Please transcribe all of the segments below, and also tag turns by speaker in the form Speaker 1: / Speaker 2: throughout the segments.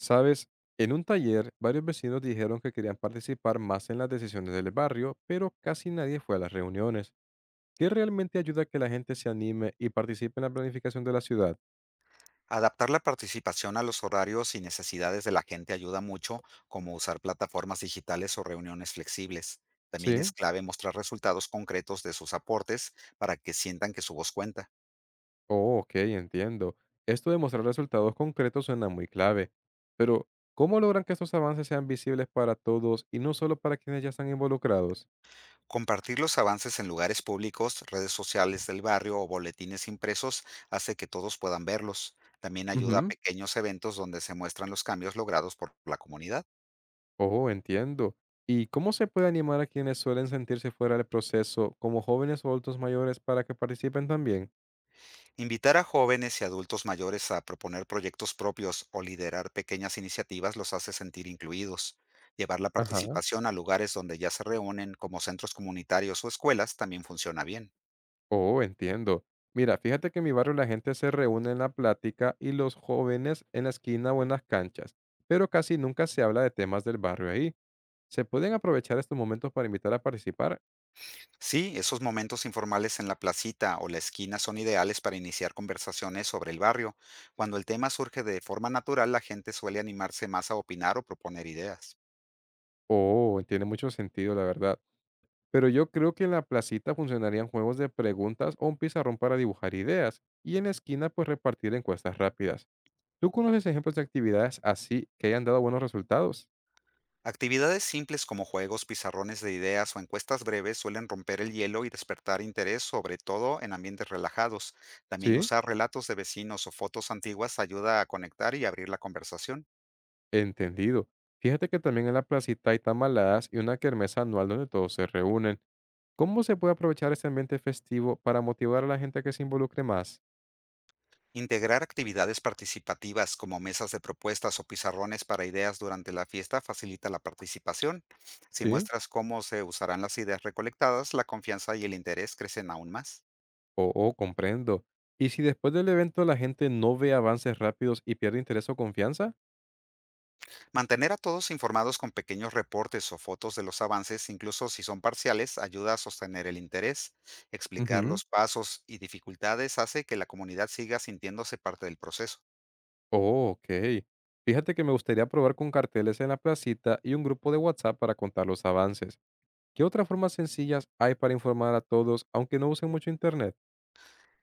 Speaker 1: Sabes, en un taller varios vecinos dijeron que querían participar más en las decisiones del barrio, pero casi nadie fue a las reuniones. ¿Qué realmente ayuda a que la gente se anime y participe en la planificación de la ciudad?
Speaker 2: Adaptar la participación a los horarios y necesidades de la gente ayuda mucho, como usar plataformas digitales o reuniones flexibles. También
Speaker 1: Sí.
Speaker 2: es clave mostrar resultados concretos de sus aportes para que sientan que su voz cuenta.
Speaker 1: Oh, ok, entiendo. Esto de mostrar resultados concretos suena muy clave. Pero, ¿cómo logran que estos avances sean visibles para todos y no solo para quienes ya están involucrados?
Speaker 2: Compartir los avances en lugares públicos, redes sociales del barrio o boletines impresos hace que todos puedan verlos. También ayuda a
Speaker 1: Ujú.
Speaker 2: pequeños eventos donde se muestran los cambios logrados por la comunidad.
Speaker 1: Oh, entiendo. ¿Y cómo se puede animar a quienes suelen sentirse fuera del proceso, como jóvenes o adultos mayores, para que participen también?
Speaker 2: Invitar a jóvenes y adultos mayores a proponer proyectos propios o liderar pequeñas iniciativas los hace sentir incluidos. Llevar la
Speaker 1: Ajá.
Speaker 2: participación a lugares donde ya se reúnen, como centros comunitarios o escuelas, también funciona bien.
Speaker 1: Oh, entiendo. Mira, fíjate que en mi barrio la gente se reúne en la plática y los jóvenes en la esquina o en las canchas, pero casi nunca se habla de temas del barrio ahí. ¿Se pueden aprovechar estos momentos para invitar a participar?
Speaker 2: Sí, esos momentos informales en la placita o la esquina son ideales para iniciar conversaciones sobre el barrio. Cuando el tema surge de forma natural, la gente suele animarse más a opinar o proponer ideas.
Speaker 1: Oh, tiene mucho sentido, la verdad. Pero yo creo que en la placita funcionarían juegos de preguntas o un pizarrón para dibujar ideas y en la esquina pues repartir encuestas rápidas. ¿Tú conoces ejemplos de actividades así que hayan dado buenos resultados?
Speaker 2: Actividades simples como juegos, pizarrones de ideas o encuestas breves suelen romper el hielo y despertar interés, sobre todo en ambientes relajados. También
Speaker 1: Sí.
Speaker 2: usar relatos de vecinos o fotos antiguas ayuda a conectar y abrir la conversación.
Speaker 1: Entendido. Fíjate que también en la placita hay tamaladas y una kermesa anual donde todos se reúnen. ¿Cómo se puede aprovechar este ambiente festivo para motivar a la gente a que se involucre más?
Speaker 2: Integrar actividades participativas como mesas de propuestas o pizarrones para ideas durante la fiesta facilita la participación. Si
Speaker 1: Sí,
Speaker 2: muestras cómo se usarán las ideas recolectadas, la confianza y el interés crecen aún más.
Speaker 1: oh, comprendo. ¿Y si después del evento la gente no ve avances rápidos y pierde interés o confianza?
Speaker 2: Mantener a todos informados con pequeños reportes o fotos de los avances, incluso si son parciales, ayuda a sostener el interés. Explicar
Speaker 1: Ujú,
Speaker 2: los pasos y dificultades hace que la comunidad siga sintiéndose parte del proceso.
Speaker 1: oh, ok. Fíjate que me gustaría probar con carteles en la placita y un grupo de WhatsApp para contar los avances. ¿Qué otras formas sencillas hay para informar a todos, aunque no usen mucho internet?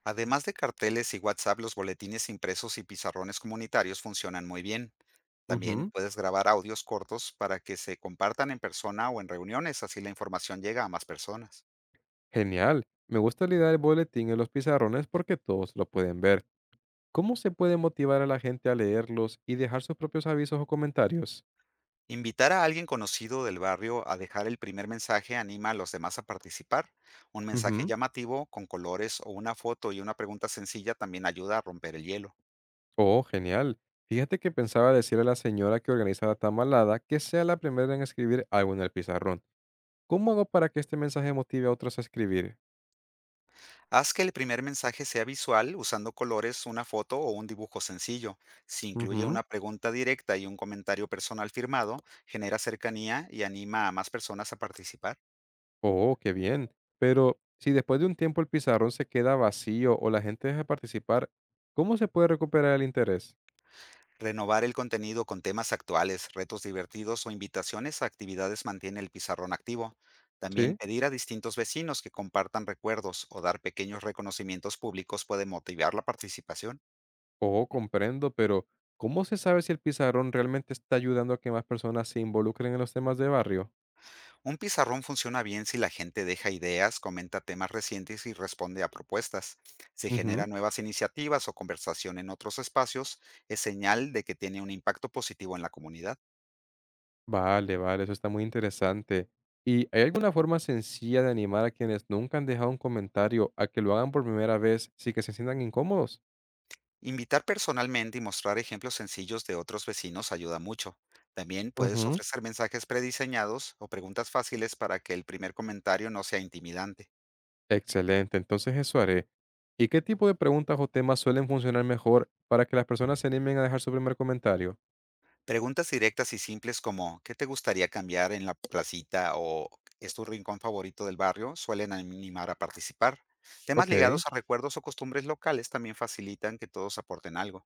Speaker 2: Además de carteles y WhatsApp, los boletines impresos y pizarrones comunitarios funcionan muy bien. También
Speaker 1: Ujú.
Speaker 2: puedes grabar audios cortos para que se compartan en persona o en reuniones, así la información llega a más personas.
Speaker 1: Genial. Me gusta la idea del boletín en los pizarrones porque todos lo pueden ver. ¿Cómo se puede motivar a la gente a leerlos y dejar sus propios avisos o comentarios?
Speaker 2: Invitar a alguien conocido del barrio a dejar el primer mensaje anima a los demás a participar. Un mensaje
Speaker 1: Ujú.
Speaker 2: llamativo con colores o una foto y una pregunta sencilla también ayuda a romper el hielo.
Speaker 1: Oh, genial. Fíjate que pensaba decirle a la señora que organiza la tamalada que sea la primera en escribir algo en el pizarrón. ¿Cómo hago para que este mensaje motive a otros a escribir?
Speaker 2: Haz que el primer mensaje sea visual usando colores, una foto o un dibujo sencillo. Si incluye
Speaker 1: Ujú.
Speaker 2: una pregunta directa y un comentario personal firmado, genera cercanía y anima a más personas a participar.
Speaker 1: Oh, qué bien. Pero si después de un tiempo el pizarrón se queda vacío o la gente deja de participar, ¿cómo se puede recuperar el interés?
Speaker 2: Renovar el contenido con temas actuales, retos divertidos o invitaciones a actividades mantiene el pizarrón activo. También
Speaker 1: Sí.
Speaker 2: pedir a distintos vecinos que compartan recuerdos o dar pequeños reconocimientos públicos puede motivar la participación.
Speaker 1: Oh, comprendo, pero ¿cómo se sabe si el pizarrón realmente está ayudando a que más personas se involucren en los temas de barrio?
Speaker 2: Un pizarrón funciona bien si la gente deja ideas, comenta temas recientes y responde a propuestas. Si
Speaker 1: Ujú.
Speaker 2: genera nuevas iniciativas o conversación en otros espacios, es señal de que tiene un impacto positivo en la comunidad.
Speaker 1: Vale, vale, eso está muy interesante. ¿Y hay alguna forma sencilla de animar a quienes nunca han dejado un comentario a que lo hagan por primera vez sin que se sientan incómodos?
Speaker 2: Invitar personalmente y mostrar ejemplos sencillos de otros vecinos ayuda mucho. También puedes
Speaker 1: Ujú.
Speaker 2: ofrecer mensajes prediseñados o preguntas fáciles para que el primer comentario no sea intimidante.
Speaker 1: Excelente, entonces eso haré. ¿Y qué tipo de preguntas o temas suelen funcionar mejor para que las personas se animen a dejar su primer comentario?
Speaker 2: Preguntas directas y simples como ¿qué te gustaría cambiar en la placita o es tu rincón favorito del barrio? Suelen animar a participar. Temas
Speaker 1: Ok.
Speaker 2: ligados a recuerdos o costumbres locales también facilitan que todos aporten algo.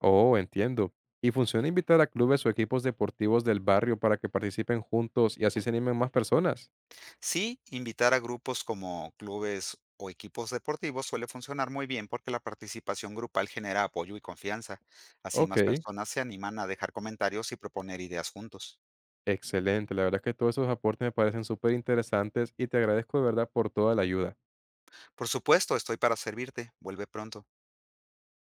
Speaker 1: Oh, entiendo. ¿Y funciona invitar a clubes o equipos deportivos del barrio para que participen juntos y así se animen más personas?
Speaker 2: Sí, invitar a grupos como clubes o equipos deportivos suele funcionar muy bien porque la participación grupal genera apoyo y confianza. Así
Speaker 1: Ok,
Speaker 2: más personas se animan a dejar comentarios y proponer ideas juntos.
Speaker 1: excelente. La verdad es que todos esos aportes me parecen súper interesantes y te agradezco de verdad por toda la ayuda.
Speaker 2: Por supuesto, estoy para servirte. Vuelve pronto.